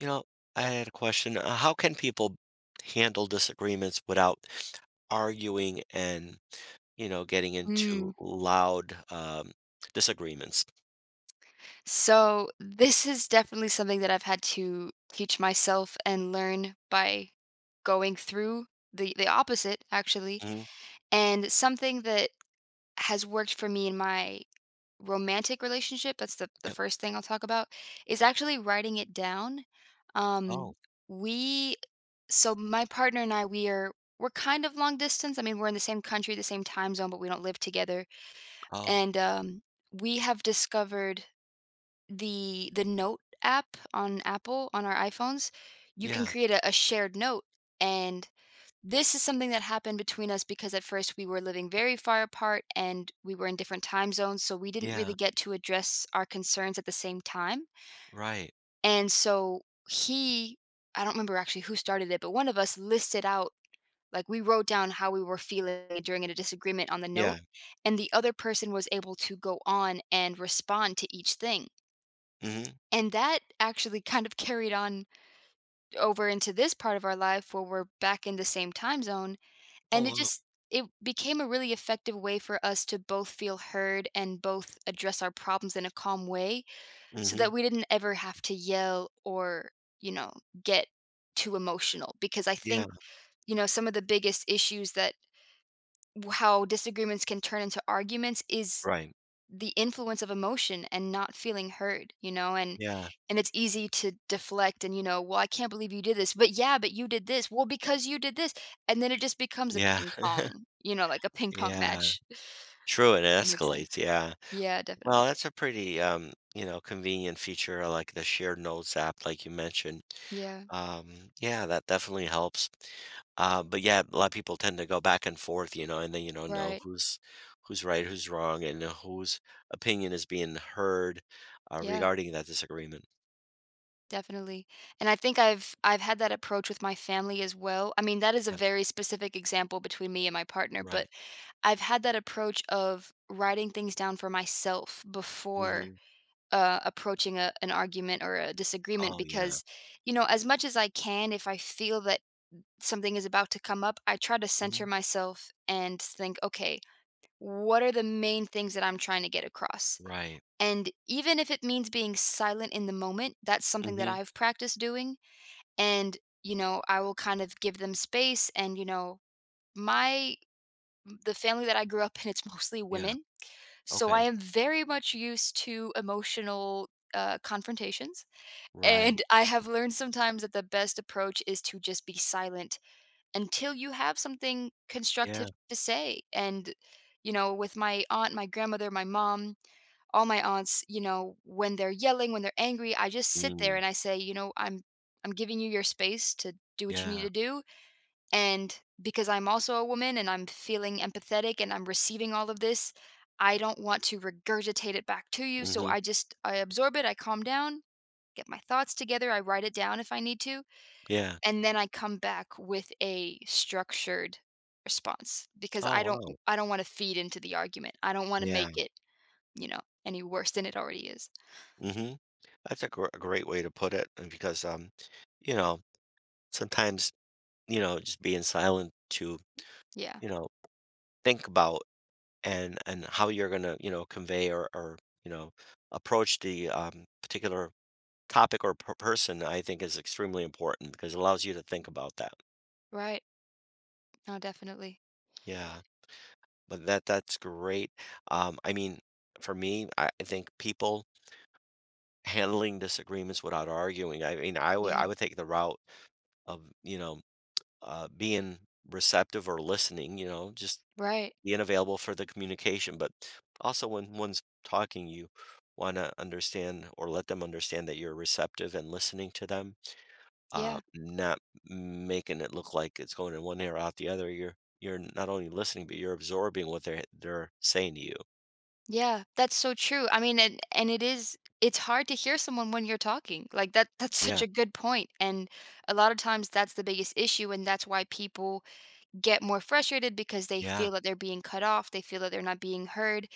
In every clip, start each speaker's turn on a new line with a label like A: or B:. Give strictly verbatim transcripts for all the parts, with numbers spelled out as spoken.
A: You know, I had a question. Uh, how can people handle disagreements without arguing and, you know, getting into
B: Mm.
A: loud um, disagreements?
B: So this is definitely something that I've had to teach myself and learn by going through the the opposite actually.
A: Hmm.
B: And something that has worked for me in my romantic relationship, that's the the
A: Yep.
B: first thing I'll talk about, is actually writing it down.
A: Oh,
B: Um we So my partner and I, we are we're kind of long distance. I mean, we're in the same country, the same time zone, but we don't live together.
A: oh,
B: And um we have discovered the the Note app on Apple on our iPhones. You can
A: yeah,
B: create a, a shared note. And this is something that happened between us because at first we were living very far apart and we were in different time zones, so we didn't
A: yeah,
B: really get to address our concerns at the same time.
A: right.
B: And so he, I don't remember actually who started it, but one of us listed out, like, we wrote down how we were feeling during a disagreement on the
A: Yeah.
B: note, and the other person was able to go on and respond to each thing,
A: Hmm.
B: and that actually kind of carried on over into this part of our life where we're back in the same time zone,
A: Oh,
B: and it
A: wow.
B: just it became a really effective way for us to both feel heard and both address our problems in a calm way so
A: Hmm.
B: that we didn't ever have to yell or, you know, get too emotional because I
A: Yeah,
B: think, you know, some of the biggest issues that how disagreements can turn into arguments is
A: right.
B: the influence of emotion and not feeling heard, you know. And
A: Yeah,
B: and it's easy to deflect and, you know, well, I can't believe you did this, but yeah, but you did this, well, because you did this, and then it just becomes a
A: yeah,
B: ping pong, you know, like a ping pong
A: yeah.
B: match.
A: True, it
B: That makes sense.
A: escalates. Yeah.
B: Yeah, definitely.
A: Well, that's a pretty, um, you know, convenient feature like the shared notes app, like you mentioned.
B: Yeah,
A: Um, yeah, that definitely helps. Uh, but yeah, a lot of people tend to go back and forth, you know, and then you don't know
B: right.
A: who's who's right, who's wrong, and whose opinion is being heard uh,
B: Yeah,
A: regarding that disagreement.
B: definitely. And I think I've I've had that approach with my family as well. I mean, that is a
A: Yeah,
B: very specific example between me and my partner,
A: right.
B: but I've had that approach of writing things down for myself before
A: Hmm.
B: uh, approaching a, an argument or a disagreement
A: Oh yeah.
B: because, you know, as much as I can, if I feel that something is about to come up, I try to center
A: Hmm.
B: myself and think, okay, what are the main things that I'm trying to get across?
A: Right.
B: And even if it means being silent in the moment, that's something that
A: Hmm.
B: I've practiced doing. And, you know, I will kind of give them space. And, you know, my the family that I grew up in, it's mostly
A: Yeah.
B: women, so I
A: Okay.
B: am very much used to emotional uh, confrontations,
A: Right.
B: and I have learned sometimes that the best approach is to just be silent until you have something constructive
A: Yeah.
B: to say. And, you know, with my aunt, my grandmother, my mom, all my aunts, you know, when they're yelling, when they're angry, I just sit there
A: Mm.
B: and I say, you know, I'm I'm giving you your space to do what you need
A: Yeah.
B: to do. And because I'm also a woman and I'm feeling empathetic and I'm receiving all of this, I don't want to regurgitate it back to you. So
A: Hmm.
B: I just I absorb it, I calm down, get my thoughts together, I write it down if I need to,
A: Yeah.
B: and then I come back with a structured response because
A: Oh
B: I don't
A: wow.
B: I don't want to feed into the argument. I don't want to
A: Yeah.
B: make it, you know, any worse than it already is.
A: Hmm. That's a, gr- a great way to put it, and because um, you know, sometimes you know, just being silent to
B: Yeah.
A: you know, think about and and how you're going to, you know, convey or or, you know, approach the um, particular topic or per- person, I think is extremely important because it allows you to think about that.
B: Right. No, definitely.
A: Yeah, but that that's great. Um, I mean, for me, I I think people handling disagreements without arguing. I mean, I would I
B: Yeah.
A: would take the route of, you know, uh, being receptive or listening, you know, just
B: Right.
A: being available for the communication, but also when one's talking, you want to understand or let them understand that you're receptive and listening to them, uh,
B: Yeah.
A: not making it look like it's going in one ear out the other. You're you're not only listening, but you're absorbing what they're they're saying to you.
B: Yeah. That's so true. I mean, and and it is, it's hard to hear someone when you're talking. Like, that that's
A: Yeah,
B: such a good point. And a lot of times that's the biggest issue and that's why people get more frustrated because they
A: yeah,
B: feel that they're being cut off, they feel that they're not being heard,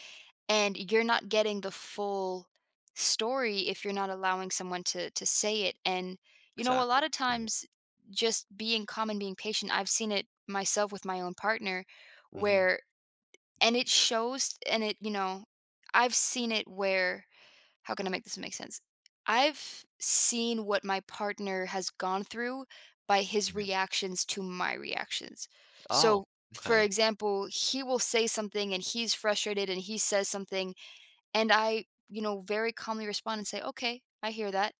B: and you're not getting the full story if you're not allowing someone to to say it. And, you know, a
A: exactly.
B: lot of
A: Mm,
B: times just being calm and being patient, I've seen it myself with my own partner
A: mm-hmm.
B: where and it shows and it, you know, I've seen it where how can I make this make sense? I've seen what my partner has gone through by his
A: Right.
B: reactions to my reactions. So,
A: Oh,
B: for
A: okay.
B: example, he will say something and he's frustrated and he says something, and I, you know, very calmly respond and say, "Okay, I hear that."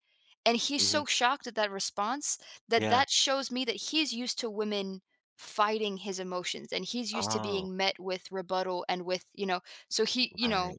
B: And he's
A: Hmm.
B: so shocked at that response that
A: Yeah.
B: that shows me that he's used to women fighting his emotions and he's used to
A: Oh,
B: being met with rebuttal and with, you know, so he, you know,
A: right.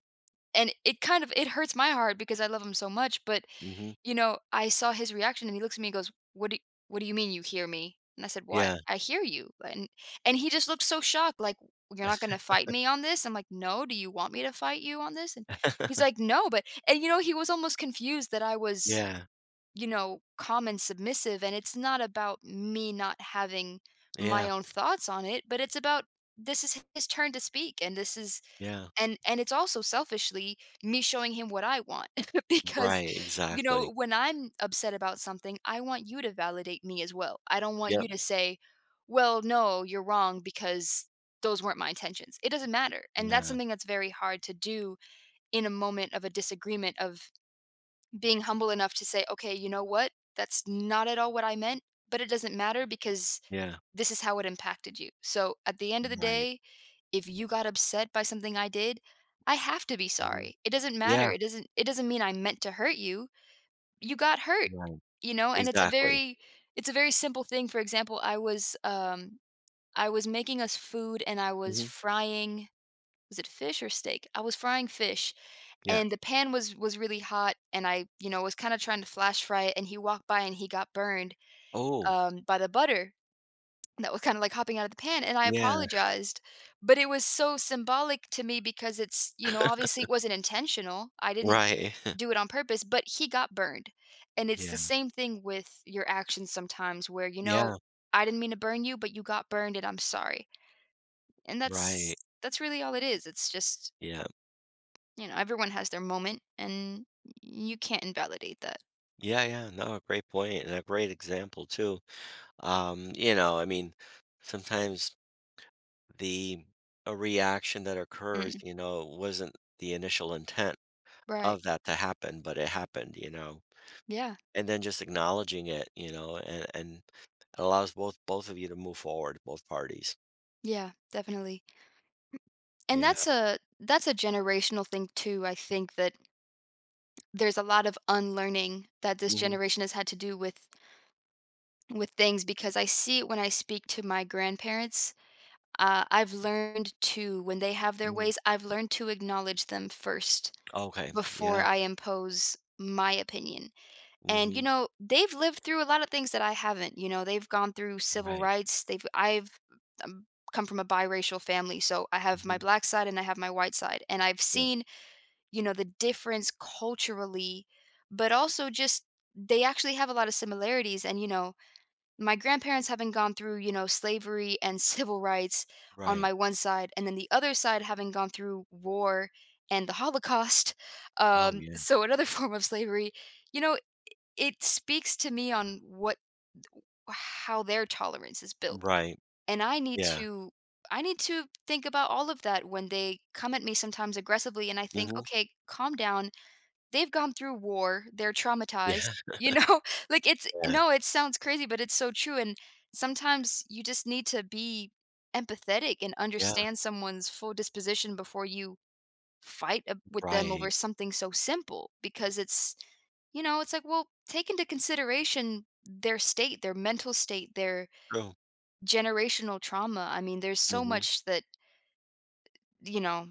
B: and it kind of it hurts my heart because I love him so much. But,
A: Hmm.
B: you know, I saw his reaction and he looks at me and goes, "What do what do you mean you hear me?" And I said, "Why?
A: Yeah.
B: I I hear you." And and he just looked so shocked, like, "You're not gonna fight me on this?" I'm like, "No, do you want me to fight you on this?" And he's like, "No," but, and, you know, he was almost confused that I was,
A: Yeah.
B: you know, calm and submissive. And it's not about me not having my
A: Yeah.
B: own thoughts on it, but it's about this is his turn to speak, and this is
A: Yeah.
B: and and it's also selfishly me showing him what I want because,
A: Right.
B: you know,
A: Exactly.
B: when I'm upset about something, I want you to validate me as well. I don't want
A: Yep.
B: you to say, "Well, no, you're wrong because those weren't my intentions." It doesn't matter. And that's
A: Yeah.
B: something that's very hard to do in a moment of a disagreement, of being humble enough to say, "Okay, you know what? That's not at all what I meant, but it doesn't matter because
A: Yeah.
B: this is how it impacted you." So, at the end of the
A: Right,
B: day, if you got upset by something I did, I have to be
A: mhm.
B: sorry. It doesn't
A: Yeah,
B: matter. It doesn't it doesn't mean I meant to hurt you. You got hurt,
A: right,
B: you know? And it's a
A: exactly.
B: very it's a very simple thing. For example, I was um I was making us food and I was
A: Mhm,
B: frying, was it fish or steak? I was frying fish
A: yeah.
B: and the pan was was really hot and I, you know, was kind of trying to flash fry it, and he walked by and he got burned
A: Oh,
B: um by the butter that was kinda like hopping out of the pan, and I
A: yeah,
B: apologized. But it was so symbolic to me because it's, you know, obviously, it wasn't intentional. I didn't
A: right.
B: do it on purpose, but he got burned. And it's the
A: Yeah,
B: same thing with your actions sometimes where, you know,
A: yeah,
B: "I didn't mean to burn you, but you got burned, and I'm sorry." And that's
A: right,
B: that's really all it is. It's just,
A: yeah.
B: you know, everyone has their moment, and you can't invalidate that.
A: Yeah, yeah, no, a great point and a great example too. Um, you know, I mean, sometimes the a reaction that occurs,
B: Mm,
A: you know, wasn't the initial intent
B: right.
A: of that to happen, but it happened, you know?
B: Yeah.
A: And then just acknowledging it, you know, and and allows both both of you to move forward, both parties.
B: Yeah, definitely. And
A: Yeah,
B: that's a that's a generational thing too, I think, that there's a lot of unlearning that this
A: mhm,
B: generation has had to do with with things because I see it when I speak to my grandparents. Uh, I've learned to When they have their
A: mhm.
B: ways, I've learned to acknowledge them first
A: Okay,
B: before
A: yeah,
B: I impose my opinion. And, you
A: mhm,
B: know, they've lived through a lot of things that I haven't. You know, they've gone through civil
A: right,
B: rights. They've I've, um, come from a biracial family, so I have my
A: mhm,
B: black side and I have my white side, and I've
A: yeah,
B: seen, you know, the difference culturally, but also just they actually have a lot of similarities. And, you know, my grandparents having gone through, you know, slavery and civil rights on
A: right,
B: my one side, and then the other side having gone through war and the Holocaust.
A: oh,
B: Um,
A: yeah,
B: so another form of slavery, you know, it speaks to me on what how their tolerance is built.
A: right,
B: And I need
A: yeah,
B: to I need to think about all of that when they come at me sometimes aggressively, and I think,
A: mhm,
B: okay, calm down. They've gone through war, they're
A: yeah,
B: traumatized, you know? Like, it's
A: yeah,
B: no, it sounds crazy, but it's so true. And sometimes you just need to be empathetic and
A: yeah,
B: understand someone's full disposition before you fight ab with them
A: right,
B: over something so simple because it's, you know, it's like, well, take into consideration their state, their mental state, their
A: true,
B: generational trauma. I mean, there's so
A: mhm,
B: much that, you know,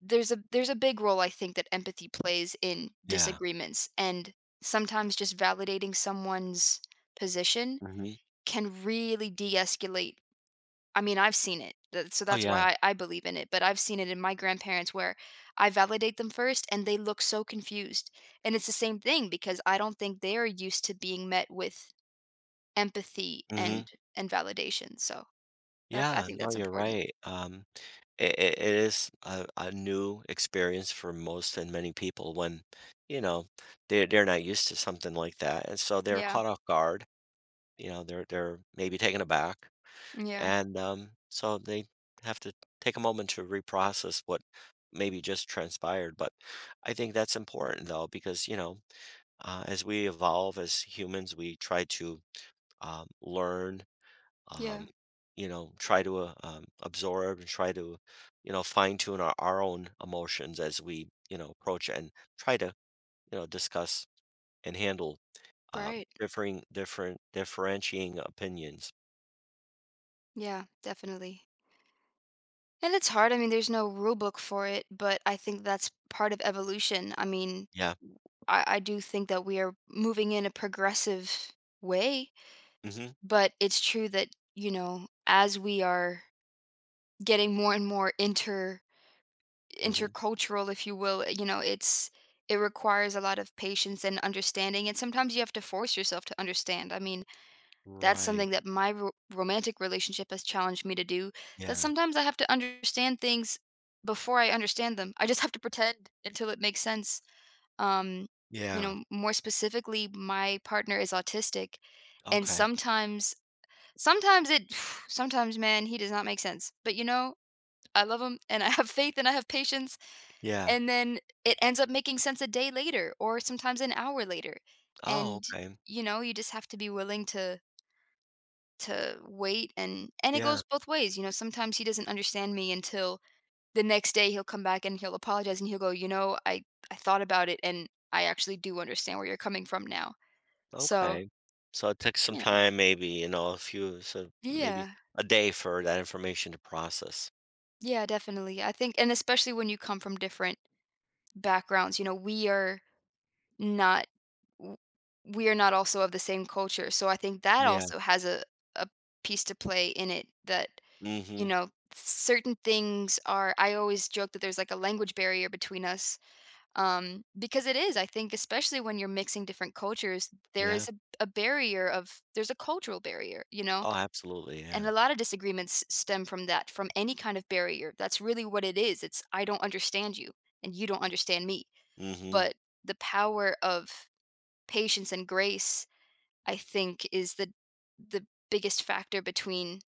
B: there's a there's a big role, I think, that empathy plays in
A: yeah,
B: disagreements, and sometimes just validating someone's position
A: mhm,
B: can really de-escalate. I mean, I've seen it. That So
A: oh,
B: that's
A: yeah,
B: why I I believe in it, but I've seen it in my grandparents where I validate them first and they look so confused. And it's the same thing because I don't think they are used to being met with empathy
A: mhm,
B: and and validation. So that I
A: yeah,
B: think
A: no,
B: that's
A: you're
B: important.
A: right. um, it it it is a a new experience for most and many people when, you know, they they're not used to something like that, and so they're
B: Yeah.
A: caught off guard, you know, they're they're maybe taken aback.
B: Yeah.
A: And um, so they have to take a moment to reprocess what maybe just transpired. But I think that's important though, because, you know, uh, as we evolve as humans, we try to um, learn, um,
B: Yeah.
A: you know, try to uh, um, absorb and try to, you know, fine tune our, our own emotions as we, you know, approach and try to, you know, discuss and handle um,
B: Right.
A: differing, different, differentiating opinions.
B: Yeah, definitely. And it's hard. I mean, there's no rule book for it, but I think that's part of evolution. I mean,
A: Yeah.
B: I, I do think that we are moving in a progressive way,
A: Hmm.
B: but it's true that, you know, as we are getting more and more inter
A: Hmm.
B: intercultural, if you will, you know, it's it requires a lot of patience and understanding. And sometimes you have to force yourself to understand. I mean, that's
A: Right.
B: something that my ro romantic relationship has challenged me to do, that
A: Yeah.
B: sometimes I have to understand things before I understand them. I just have to pretend until it makes sense. Um, you
A: Yeah,
B: know, more specifically, my partner is autistic, and
A: okay.
B: sometimes sometimes it sometimes, man, he does not make sense. But, you know, I love him, and I have faith, and I have patience,
A: Yeah.
B: and then it ends up making sense a day later or sometimes an hour later.
A: Oh,
B: And,
A: okay.
B: you know, you just have to be willing to to wait, and and it
A: Yeah,
B: goes both ways, you know, sometimes he doesn't understand me until the next day. He'll come back and he'll apologize and he'll go, "You know, I I thought about it and I actually do understand where you're coming from now." So,
A: okay. So it took some
B: you know.
A: time, maybe, you know, a few so maybe
B: Yeah.
A: a day for that information to process.
B: Yeah, definitely. I think, and especially when you come from different backgrounds, you know, we are not w- we are not also of the same culture. So I think that
A: Yeah.
B: also has a a piece to play in it. that you
A: Mhm.
B: know certain things are, I always joke that there's like a language barrier between us. um because it is, I think especially when you're mixing different cultures, there
A: Yeah.
B: is a, a barrier of, there's a cultural barrier, you know,
A: Oh, absolutely,
B: and
A: yeah.
B: a lot of disagreements stem from that, from any kind of barrier. That's really what it is. It's I don't understand you and you don't understand me.
A: Mhm.
B: But the power of patience and grace, I think, is the the biggest factor between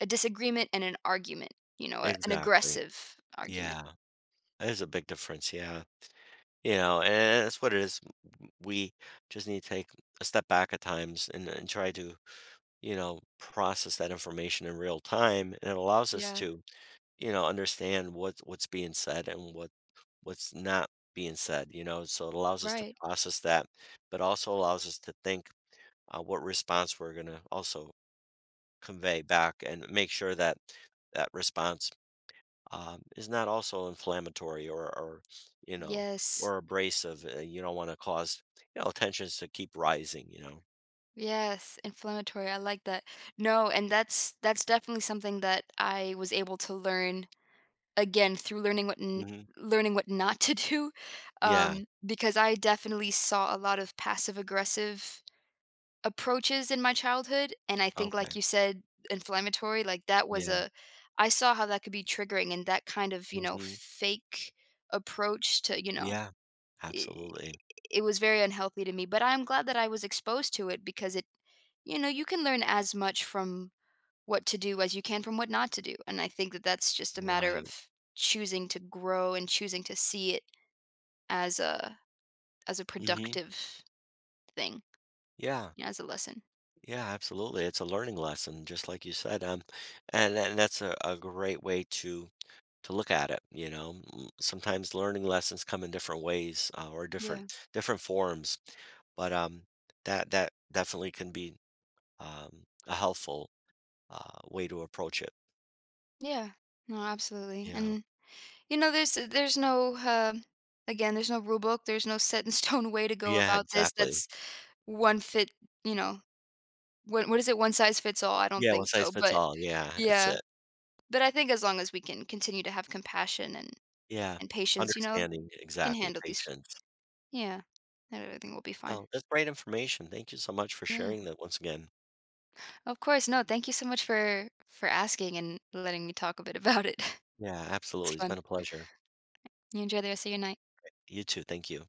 B: a disagreement and an argument, you know, a, an
A: Exactly.
B: aggressive argument.
A: Yeah. That is a big difference, yeah. You know, and that's what it is. We just need to take a step back at times and and try to, you know, process that information in real time, and it allows us
B: Yeah,
A: to, you know, understand what what's being said and what what's not being said, you know? So it allows us to
B: right.
A: process that, but also allows us to think uh, what response we're going to also convey back and make sure that that response um, is not also inflammatory or, or you know,
B: Yes.
A: or abrasive. Uh, you don't want to cause, you know, tensions to keep rising, you know?
B: Yes, inflammatory. I like that. No, and that's that's definitely something that I was able to learn again through learning what n-
A: Hmm.
B: learning what not to do.
A: Yeah.
B: um because I definitely saw a lot of passive aggressive approaches in my childhood, and I think
A: Okay.
B: like you said, inflammatory, like that was
A: Yeah.
B: a I saw how that could be triggering, and that kind of, you know,
A: Hmm.
B: fake approach to, you know,
A: Yeah.
B: I
A: Absolutely.
B: it was very unhealthy to me, but I'm glad that I was exposed to it because it, you know, you can learn as much from what to do as you can from what not to do, and I think that that's just a matter
A: Right.
B: of choosing to grow and choosing to see it as a as a
A: Hmm.
B: productive thing,
A: Yeah.
B: you know, as a lesson.
A: Yeah, absolutely. It's a learning lesson, just like you said. Um, and and that's a, a great way to to look at it. You know, Mm, sometimes learning lessons come in different ways uh, or different
B: Yeah.
A: different forms, but um, that that definitely can be um, a helpful uh, way to approach it.
B: Yeah. No, absolutely,
A: Yeah.
B: and you know, there's uh, there's no, uh, again, there's no rule book, there's no set in stone way to go
A: Yeah.
B: about this.
A: Exactly.
B: That's one fit, you know, what what is it? One size fits all, I don't
A: Yeah. One
B: think
A: size
B: so,
A: fits
B: but
A: all. Yeah. It's
B: yeah.
A: it.
B: But I think as long as we can continue to have compassion and
A: Yeah.
B: and patience, you know,
A: Understanding
B: we can
A: exactly.
B: handle these,
A: Patience.
B: yeah, and everything will be fine.
A: Oh, that's great information. Thank you so much for
B: Yeah.
A: sharing that once again.
B: Of course, no, thank you so much for for asking and letting me talk a bit about it.
A: Yeah,
B: It's
A: absolutely. It's been
B: fun.
A: a pleasure.
B: You enjoy the rest of your night.
A: You too. Thank you.